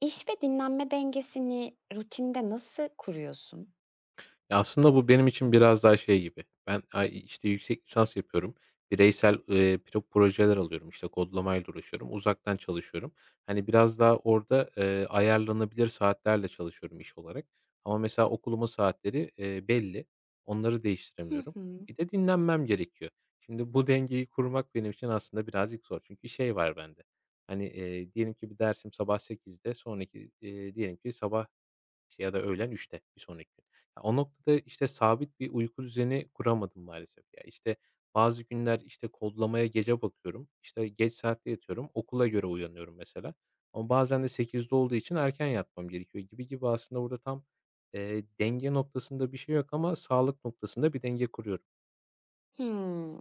İş ve dinlenme dengesini rutinde nasıl kuruyorsun? Ya, aslında bu benim için biraz daha şey gibi. Ben, işte, yüksek lisans yapıyorum. Bireysel, projeler alıyorum. İşte, kodlamayla uğraşıyorum. Uzaktan çalışıyorum. Hani, biraz daha orada, ayarlanabilir saatlerle çalışıyorum iş olarak. Ama mesela okulumun saatleri, belli. Onları Hı değiştiremiyorum. hı. Bir de dinlenmem gerekiyor. Şimdi bu dengeyi kurmak benim için aslında birazcık zor. Çünkü şey var bende. Hani, diyelim ki bir dersim sabah sekizde, sonraki, diyelim ki sabah işte, ya da öğlen üçte bir sonraki gün. Ya, o noktada, işte, sabit bir uyku düzeni kuramadım maalesef. Ya, işte, bazı günler, işte, kodlamaya gece bakıyorum, işte, geç saatte yatıyorum, okula göre uyanıyorum mesela ama bazen de sekizde olduğu için erken yatmam gerekiyor gibi gibi aslında burada tam, denge noktasında bir şey yok ama sağlık noktasında bir denge kuruyorum. Hmm.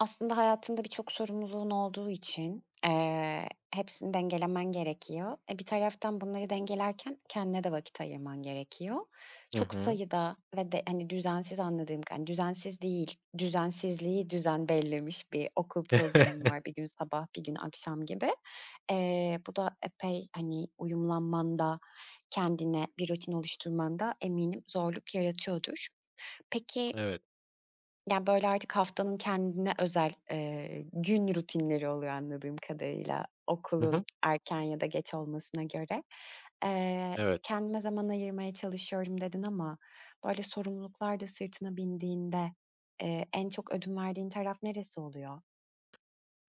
Aslında hayatında birçok sorumluluğun olduğu için, hepsini dengelemen gerekiyor. Bir taraftan bunları dengelerken kendine de vakit ayırman gerekiyor. Hı Çok hı. sayıda ve de, hani, düzensiz anladığım ka hani, düzensiz değil, düzensizliği düzen bellemiş bir okul programın var. Bir gün sabah, bir gün akşam gibi. Bu da epey, hani, uyumlanmanda, kendine bir rutin oluşturmanda eminim zorluk yaratıyordur. Peki, Evet. yani, böyle, artık haftanın kendine özel, gün rutinleri oluyor anladığım kadarıyla Hı okulun hı. erken ya da geç olmasına göre. Evet. Kendime zaman ayırmaya çalışıyorum dedin ama, böyle, sorumluluklar da sırtına bindiğinde, en çok ödün verdiğin taraf neresi oluyor?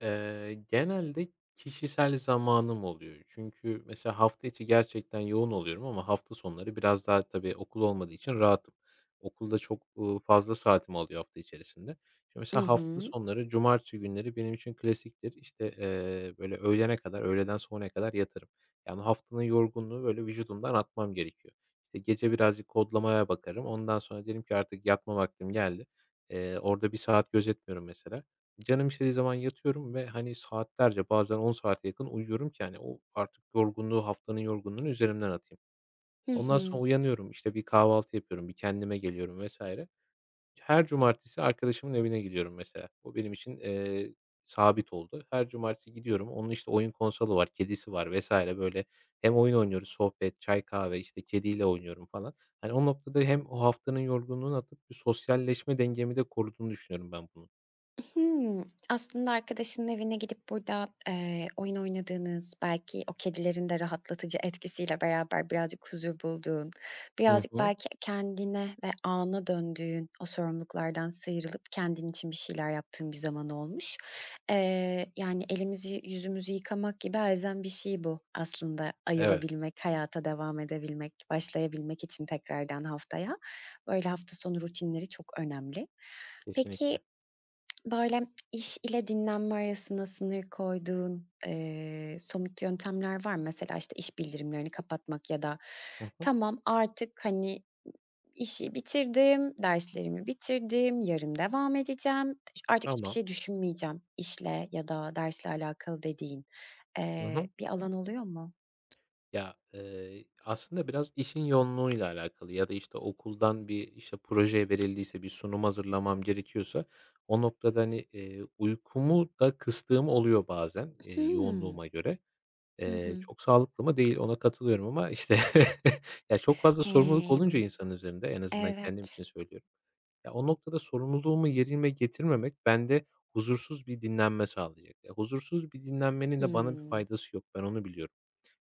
Genelde kişisel zamanım oluyor. Çünkü mesela hafta içi gerçekten yoğun oluyorum ama hafta sonları biraz daha tabii okul olmadığı için rahatım. Okulda çok, fazla saatimi alıyor hafta içerisinde. Şimdi I mesela hafta hı. sonları, cumartesi günleri benim için klasiktir. İşte, böyle öğlene kadar, öğleden sonraya kadar yatarım. Yani haftanın yorgunluğu böyle vücudumdan atmam gerekiyor. İşte gece birazcık kodlamaya bakarım. Ondan sonra derim ki artık yatma vaktim geldi. Orada bir saat gözetmiyorum mesela. Canım istediği zaman yatıyorum ve, hani, saatlerce bazen 10 saate yakın uyuyorum ki, hani, o artık yorgunluğu, haftanın yorgunluğunu üzerimden atayım. Hı Ondan hı. sonra uyanıyorum, işte, bir kahvaltı yapıyorum, bir kendime geliyorum vesaire. Her cumartesi arkadaşımın evine gidiyorum mesela. O benim için, sabit oldu. Her cumartesi gidiyorum. Onun, işte, oyun konsolu var, kedisi var vesaire böyle hem oyun oynuyoruz, sohbet, çay, kahve, işte, kediyle oynuyorum falan. Hani, o noktada hem o haftanın yorgunluğunu atıp bir sosyalleşme dengemi de koruduğunu düşünüyorum ben bunun. Hımm. Aslında arkadaşının evine gidip burada, oyun oynadığınız, belki o kedilerin de rahatlatıcı etkisiyle beraber birazcık huzur bulduğun, Hı birazcık hı. belki kendine ve ana döndüğün, o sorumluluklardan sıyrılıp kendin için bir şeyler yaptığın bir zaman olmuş. Yani, elimizi yüzümüzü yıkamak gibi elzem bir şey bu aslında Evet. ayılabilmek, hayata devam edebilmek, başlayabilmek için tekrardan haftaya. Böyle hafta sonu rutinleri çok önemli. Peki, Kesinlikle. böyle, iş ile dinlenme arasına sınır koyduğun, somut yöntemler var mı? Mesela, işte, iş bildirimlerini kapatmak ya da Hı hı. "Tamam, artık, hani, işi bitirdim, derslerimi bitirdim, yarın devam edeceğim, artık hiçbir Tamam. şey düşünmeyeceğim işle ya da dersle alakalı." dediğin, Hı hı. bir alan oluyor mu? Ya, aslında biraz işin yoğunluğuyla alakalı ya da, işte, okuldan bir, işte, proje verildiyse, bir sunum hazırlamam gerekiyorsa o noktada, hani, uykumu da kıstığım oluyor bazen, Hımm. yoğunluğuma göre. Hı hı. Çok sağlıklı mı? Değil, ona katılıyorum ama, işte, ya, çok fazla sorumluluk olunca Hemm, insanın üzerinde en azından kendim evet. için söylüyorum. Ya, o noktada sorumluluğumu yerine getirmemek bende huzursuz bir dinlenme sağlayacak. Ya, huzursuz bir dinlenmenin de bana bir Hımm, faydası yok. Ben onu biliyorum.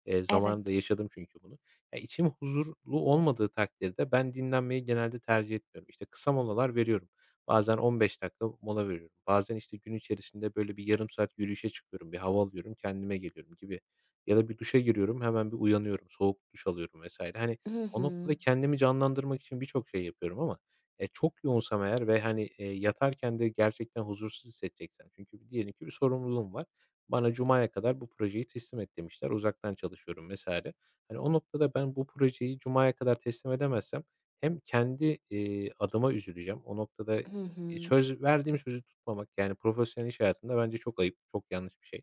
Zamanında evet. yaşadım çünkü bunu. Ya, içim huzurlu olmadığı takdirde ben dinlenmeyi genelde tercih etmiyorum. İşte, kısa molalar veriyorum. Bazen 15 dakika mola veriyorum. Bazen, işte, gün içerisinde, böyle, bir yarım saat yürüyüşe çıkıyorum, bir hava alıyorum, kendime geliyorum gibi. Ya da bir duşa giriyorum, hemen bir uyanıyorum, soğuk duş alıyorum vs. Hani, Hı o hı. noktada kendimi canlandırmak için birçok şey yapıyorum ama, çok yoğunsam eğer ve, hani, yatarken de gerçekten huzursuz hissedeceksem çünkü diyelim ki bir sorumluluğum var. Bana cumaya kadar bu projeyi teslim et demişler. Uzaktan çalışıyorum vs. Hani, o noktada ben bu projeyi cumaya kadar teslim edemezsem hem kendi, adıma üzüleceğim. O noktada, Hı hı. söz verdiğim sözü tutmamak, yani, profesyonel iş hayatında bence çok ayıp, çok yanlış bir şey.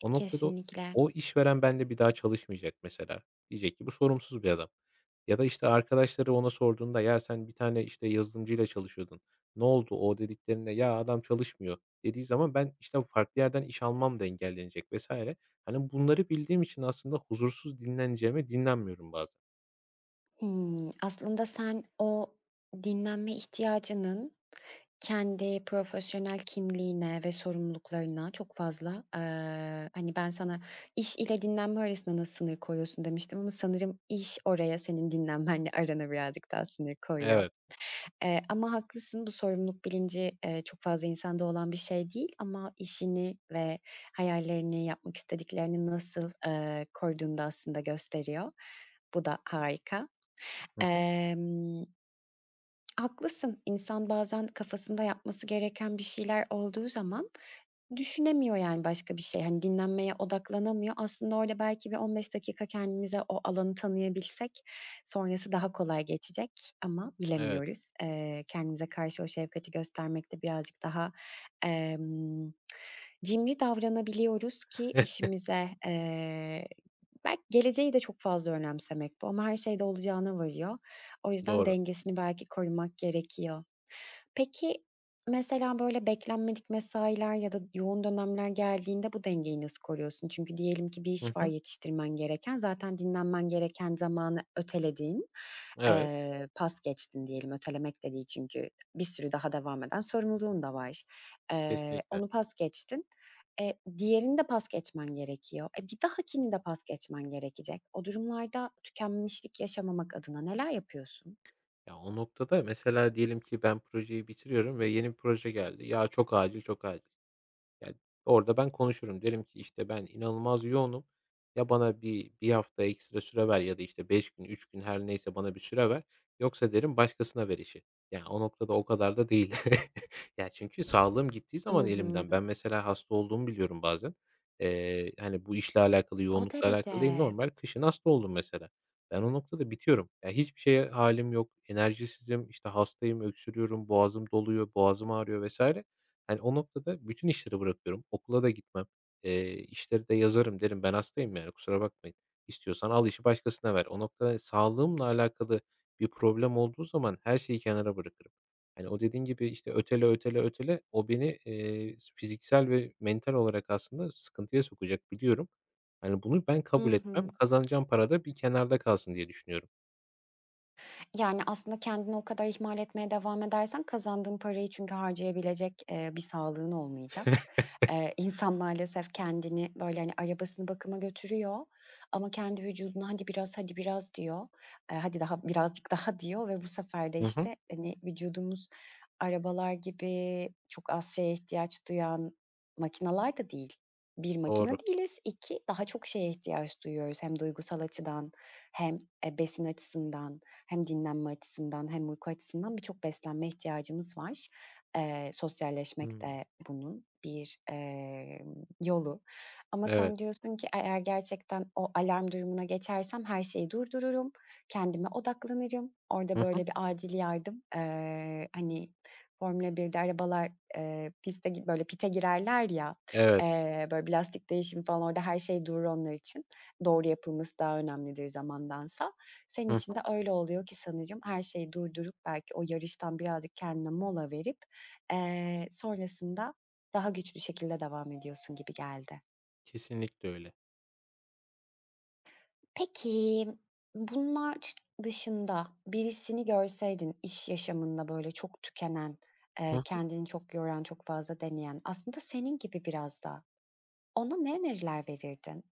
O noktada Kesinlikle. o işveren bende bir daha çalışmayacak mesela. Diyecek ki bu sorumsuz bir adam. Ya da, işte, arkadaşları ona sorduğunda "Ya, sen bir tane, işte, yazılımcıyla çalışıyordun. Ne oldu o?" dediklerinde "Ya, adam çalışmıyor." dediği zaman ben, işte, farklı yerden iş almam da engellenecek vesaire. Hani, bunları bildiğim için aslında huzursuz dinleneceğime dinlenmiyorum bazen. Hımm, aslında sen o dinlenme ihtiyacının kendi profesyonel kimliğine ve sorumluluklarına çok fazla, hani, ben sana iş ile dinlenme arasında nasıl sınır koyuyorsun demiştim ama sanırım iş oraya senin dinlenmenle arana birazcık daha sınır koyuyor. Evet. Ama haklısın, bu sorumluluk bilinci, çok fazla insanda olan bir şey değil ama işini ve hayallerini, yapmak istediklerini nasıl, koruduğunu da aslında gösteriyor. Bu da harika. Hı hı. Emm, haklısın. İnsan bazen kafasında yapması gereken bir şeyler olduğu zaman düşünemiyor, yani, başka bir şey. Hani, dinlenmeye odaklanamıyor. Aslında orada belki bir 15 dakika kendimize o alanı tanıyabilsek sonrası daha kolay geçecek ama Evet. bilemiyoruz. Kendimize karşı o şefkati göstermekte birazcık daha, emm, cimri davranabiliyoruz ki işimize, belki geleceği de çok fazla önemsemek bu ama her şeyde olacağına varıyor. O yüzden Doğru. dengesini belki korumak gerekiyor. Peki, mesela, böyle, beklenmedik mesailer ya da yoğun dönemler geldiğinde bu dengeyi nasıl koruyorsun? Çünkü diyelim ki bir Hı iş var hı. yetiştirmen gereken, zaten dinlenmen gereken zamanı öteledin, Evet. Pas geçtin diyelim, ötelemek de değil çünkü bir sürü daha devam eden sorumluluğun da var. Kesinlikle. Onu pas geçtin. Diğerini de pas geçmen gerekiyor. Bir dahakini de pas geçmen gerekecek. O durumlarda tükenmişlik yaşamamak adına neler yapıyorsun? Ya, o noktada mesela diyelim ki ben projeyi bitiriyorum ve yeni bir proje geldi. "Ya, çok acil, çok acil." Ya, orada ben konuşurum. Derim ki, işte, "Ben inanılmaz yoğunum. Ya bana bir hafta ekstra süre ver ya da, işte, 5 gün, 3 gün her neyse bana bir süre ver. Yoksa" derim, "başkasına ver işi." Yani o noktada o kadar da değil. Ya, çünkü sağlığım gittiği I zaman hı. elimden ben mesela hasta olduğumu biliyorum bazen. Hani, bu işle alakalı, O yoğunlukla derece. alakalı değil, normal kışın hasta oldum mesela. Ben o noktada bitiyorum. Ya, hiçbir şeye halim yok, enerjisizim, işte, hastayım, öksürüyorum, boğazım doluyor, boğazım ağrıyor vesaire. Hani, o noktada bütün işleri bırakıyorum. Okula da gitmem. İşleri de yazarım, derim ben hastayım yani kusura bakmayın. İstiyorsan al işi başkasına ver. O noktada sağlığımla alakalı bir problem olduğu zaman her şeyi kenara bırakırım. Hani, o dediğin gibi, işte, ötele, ötele, ötele o beni, fiziksel ve mental olarak aslında sıkıntıya sokacak biliyorum. Hani, bunu ben I kabul etmem. hı. Kazanacağım para da bir kenarda kalsın diye düşünüyorum. Yani, aslında kendini o kadar ihmal etmeye devam edersen kazandığın parayı çünkü harcayabilecek, bir sağlığın olmayacak. İnsan maalesef kendini, böyle, hani, arabasını bakıma götürüyor ama kendi vücuduna "Hadi biraz, hadi biraz." diyor. "Hadi daha birazcık daha." diyor ve bu sefer de, Hı hı. işte, hani, vücudumuz arabalar gibi çok az şeye ihtiyaç duyan makinalar da değil. Bir makina Doğru. değiliz, 2 daha çok şeye ihtiyaç duyuyoruz hem duygusal açıdan hem, besin açısından. Hem dinlenme açısından hem uyku açısından birçok beslenme ihtiyacımız var. Sosyalleşmek Hımm. de bunun bir, yolu. Ama Evet. sen diyorsun ki eğer gerçekten o alarm durumuna geçersem her şeyi durdururum, kendime odaklanırım. Orada Hı hı. böyle bir acil yardım, hani, Formula 1'de arabalar, piste gi böyle pite girerler ya, Evet. Böyle bir lastik değişimi falan orada her şey durur onlar için. Doğru yapılması daha önemlidir zamandansa. Hı Senin için de hı. öyle oluyor ki sanırım her şeyi durdurup belki o yarıştan birazcık kendine mola verip, sonrasında daha güçlü şekilde devam ediyorsun gibi geldi. Kesinlikle öyle. Peki, bunlar ç dışında birisini görseydin iş yaşamında böyle çok tükenen, Hı. kendini çok yoran, çok fazla deneyen, aslında senin gibi biraz da, ona ne öneriler verirdin?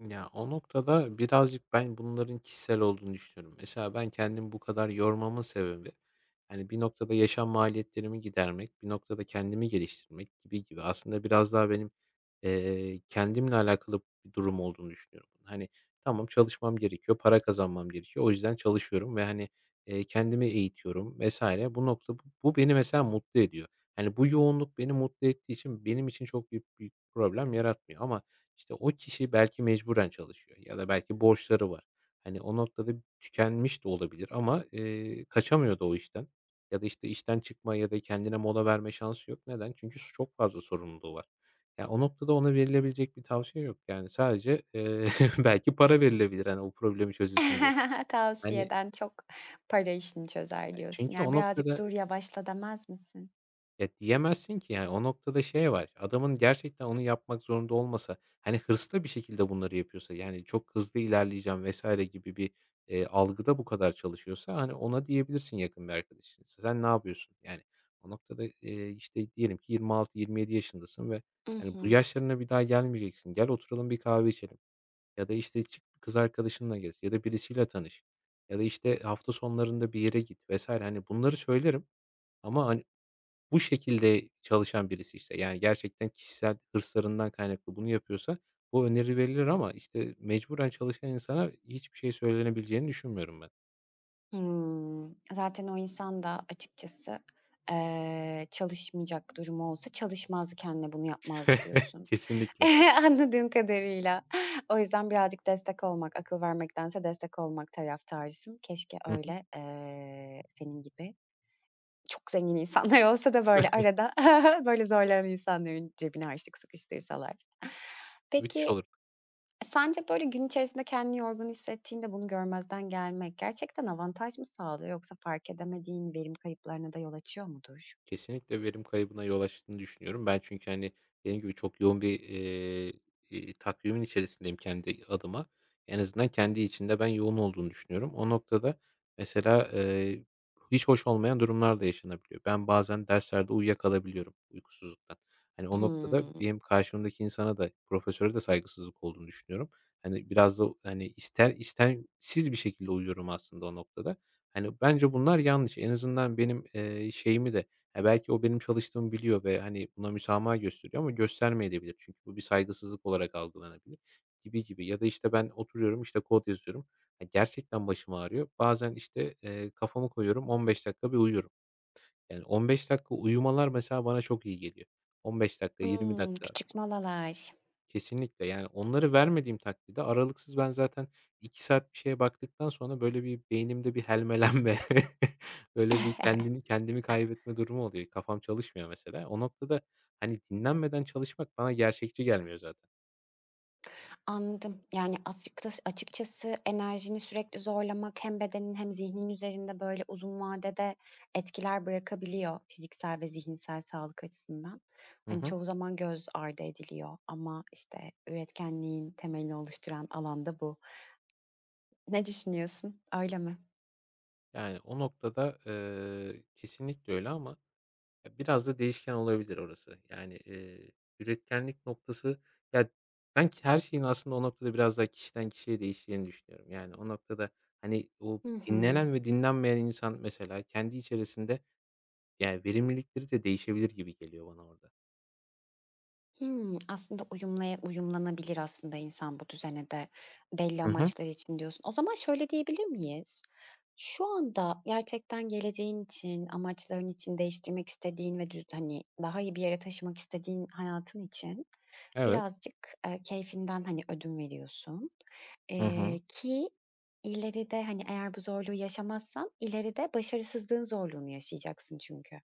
Ya, o noktada birazcık ben bunların kişisel olduğunu düşünüyorum. Mesela ben kendimi bu kadar yormamın sebebi, hani, bir noktada yaşam maliyetlerimi gidermek, bir noktada kendimi geliştirmek gibi gibi aslında biraz daha benim, kendimle alakalı bir durum olduğunu düşünüyorum. Hani, tamam çalışmam gerekiyor, para kazanmam gerekiyor. O yüzden çalışıyorum ve, hani, kendimi eğitiyorum vs. Bu nokta bu beni mesela mutlu ediyor. Hani, bu yoğunluk beni mutlu ettiği için benim için çok büyük bir problem yaratmıyor ama işte o kişi belki mecburen çalışıyor ya da belki borçları var. Hani o noktada tükenmiş de olabilir ama, kaçamıyor da o işten ya da, işte, işten çıkma ya da kendine mola verme şansı yok. Neden? Çünkü çok fazla sorumluluğu var. Ya, o noktada ona verilebilecek bir tavsiye yok. Yani sadece, belki para verilebilir, hani, o problemi çözülsün diye. Hani, e, Tavsiyeden çok para işini çözer diyorsun. çünkü Yani o birazcık noktada dur, yavaşla demez misin? Ya, diyemezsin ki, yani, o noktada şey var, adamın gerçekten onu yapmak zorunda olmasa, hani, hırslı bir şekilde bunları yapıyorsa, yani, çok hızlı ilerleyeceğim vesaire gibi bir, algıda bu kadar çalışıyorsa, hani, ona diyebilirsin yakın bir arkadaşın. "Sen ne yapıyorsun?" Yani, o noktada, işte, diyelim ki 26-27 yaşındasın ve, hani, bu I yaşlarına bir daha gelmeyeceksin. "Gel oturalım bir kahve içelim." ya da, işte, "Çık bir kız arkadaşınla gez." ya da, "Birisiyle tanış." ya da, işte, "Hafta sonlarında bir yere git." vesaire. Hani, bunları söylerim ama, hani, bu şekilde çalışan birisi, işte, yani, gerçekten kişisel hırslarından kaynaklı bunu yapıyorsa bu öneri verilir ama, işte, mecburen çalışan insana hiçbir şey söylenebileceğini düşünmüyorum ben. hımm. Zaten o insan da açıkçası, çalışmayacak durumu olsa çalışmazdı, kendine bunu yapmazdı diyorsun. Kesinlikle. Anladığım kadarıyla. O yüzden birazcık destek olmak, akıl vermektense destek olmak taraftarısın. Keşke Hı hı. öyle, senin gibi çok zengin insanlar olsa da böyle arada böyle zorlanan insanların cebini harçlık sıkıştırsalar. Müthiş Peki, olur. sence böyle gün içerisinde kendini yorgun hissettiğinde bunu görmezden gelmek gerçekten avantaj mı sağlıyor yoksa fark edemediğin verim kayıplarına da yol açıyor mudur? Kesinlikle verim kaybına yol açtığını düşünüyorum. Ben çünkü, hani, benim gibi çok yoğun bir, takvimin içerisindeyim kendi adıma. En azından kendi içinde ben yoğun olduğunu düşünüyorum. O noktada mesela, hiç hoş olmayan durumlar da yaşanabiliyor. Ben bazen derslerde uyuyakalabiliyorum uykusuzluktan. Hani, o noktada Hımm. benim karşımdaki insana da profesöre de saygısızlık olduğunu düşünüyorum. Hani, biraz da, hani, ister istemsiz bir şekilde uyuyorum aslında o noktada. Hani, bence bunlar yanlış. En azından benim, şeyimi de, ya, belki o benim çalıştığımı biliyor ve, hani, buna müsamaha gösteriyor ama göstermeyebilir. Çünkü bu bir saygısızlık olarak algılanabilir gibi gibi. Ya da, işte, ben oturuyorum, işte, kod yazıyorum. Ya, gerçekten başım ağrıyor. Bazen, işte, kafamı koyuyorum, 15 dakika bir uyuyorum. Yani, 15 dakika uyumalar mesela bana çok iyi geliyor. 15 dakika, 20 Imm, dakika. küçük molalar. Kesinlikle, yani, onları vermediğim takdirde aralıksız ben zaten 2 saat bir şeye baktıktan sonra, böyle, bir beynimde bir helmelenme, böyle, bir kendimi kaybetme durumu oluyor. Kafam çalışmıyor mesela. O noktada, hani, dinlenmeden çalışmak bana gerçekçi gelmiyor zaten. Anladım. Yani, açıkçası enerjini sürekli zorlamak hem bedenin hem zihnin üzerinde, böyle, uzun vadede etkiler bırakabiliyor fiziksel ve zihinsel sağlık açısından. Hı Hani, hı. çoğu zaman göz ardı ediliyor ama, işte, üretkenliğin temelini oluşturan alanda bu. Ne düşünüyorsun? Öyle mi? Yani, o noktada, kesinlikle öyle ama Ya, biraz da değişken olabilir orası. Yani, üretkenlik noktası ya, ben ki her şeyin aslında o noktada biraz daha kişiden kişiye değişeceğini düşünüyorum. Yani, o noktada, hani, o Hı hı. dinlenen ve dinlenmeyen insan mesela kendi içerisinde, yani, verimlilikleri de değişebilir gibi geliyor bana orada. Hımm, aslında uyumlanabilir aslında insan bu düzene de belli Hı hı. amaçlar için diyorsun. O zaman şöyle diyebilir miyiz? Şu anda gerçekten geleceğin için, amaçların için değiştirmek istediğin ve hani, daha iyi bir yere taşımak istediğin hayatın için Evet. birazcık, keyfinden, hani, ödün veriyorsun, Hı hı. ki ileride, hani, eğer bu zorluğu yaşamazsan ileride başarısızlığın zorluğunu yaşayacaksın çünkü.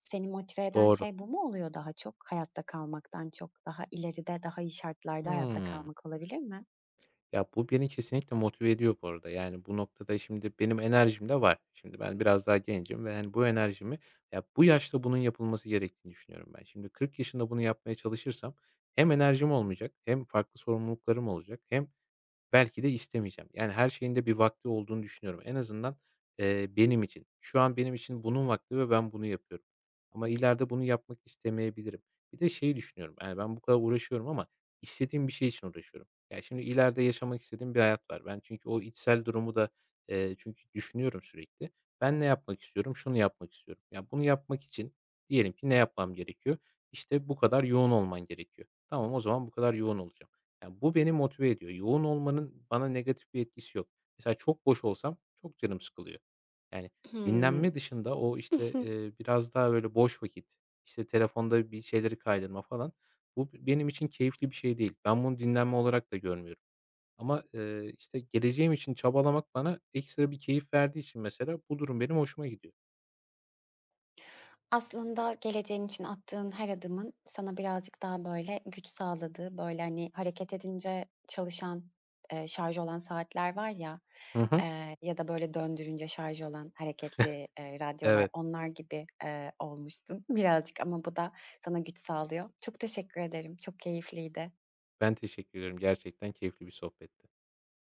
Seni motive eden Doğru. şey bu mu oluyor daha çok? Hayatta kalmaktan çok daha ileride, daha iyi şartlarda hayatta Hımm. kalmak olabilir mi? Ya, bu beni kesinlikle motive ediyor bu arada. Yani, bu noktada şimdi benim enerjim de var. Şimdi ben biraz daha gencim ve, yani bu enerjimi ya, bu yaşta bunun yapılması gerektiğini düşünüyorum ben. Şimdi 40 yaşında bunu yapmaya çalışırsam hem enerjim olmayacak hem farklı sorumluluklarım olacak hem belki de istemeyeceğim. Yani, her şeyin de bir vakti olduğunu düşünüyorum. En azından, benim için. Şu an benim için bunun vakti ve ben bunu yapıyorum. Ama ileride bunu yapmak istemeyebilirim. Bir de şeyi düşünüyorum, yani, ben bu kadar uğraşıyorum ama istediğim bir şey için uğraşıyorum. Yani şimdi ileride yaşamak istediğim bir hayat var. Ben çünkü o içsel durumu da, çünkü düşünüyorum sürekli. Ben ne yapmak istiyorum? Şunu yapmak istiyorum. Ya, bunu yapmak için diyelim ki ne yapmam gerekiyor? İşte, bu kadar yoğun olman gerekiyor. Tamam, o zaman bu kadar yoğun olacağım. Ya, bu beni motive ediyor. Yoğun olmanın bana negatif bir etkisi yok. Mesela çok boş olsam çok canım sıkılıyor. Yani, dinlenme Hımm. dışında o, işte, biraz daha, böyle, boş vakit, işte, telefonda bir şeyleri kaydırma falan, bu benim için keyifli bir şey değil. Ben bunu dinlenme olarak da görmüyorum. Ama, işte, geleceğim için çabalamak bana ekstra bir keyif verdiği için mesela bu durum benim hoşuma gidiyor. Aslında geleceğin için attığın her adımın sana birazcık daha, böyle, güç sağladığı, böyle, hani, hareket edince çalışan, şarjı olan saatler var ya, Hı hı. Ya da, böyle, döndürünce şarj olan hareketli, radyolar, Evet, onlar gibi, olmuşsun birazcık ama bu da sana güç sağlıyor. Çok teşekkür ederim, çok keyifliydi. ben teşekkür ederim. Gerçekten keyifli bir sohbetti.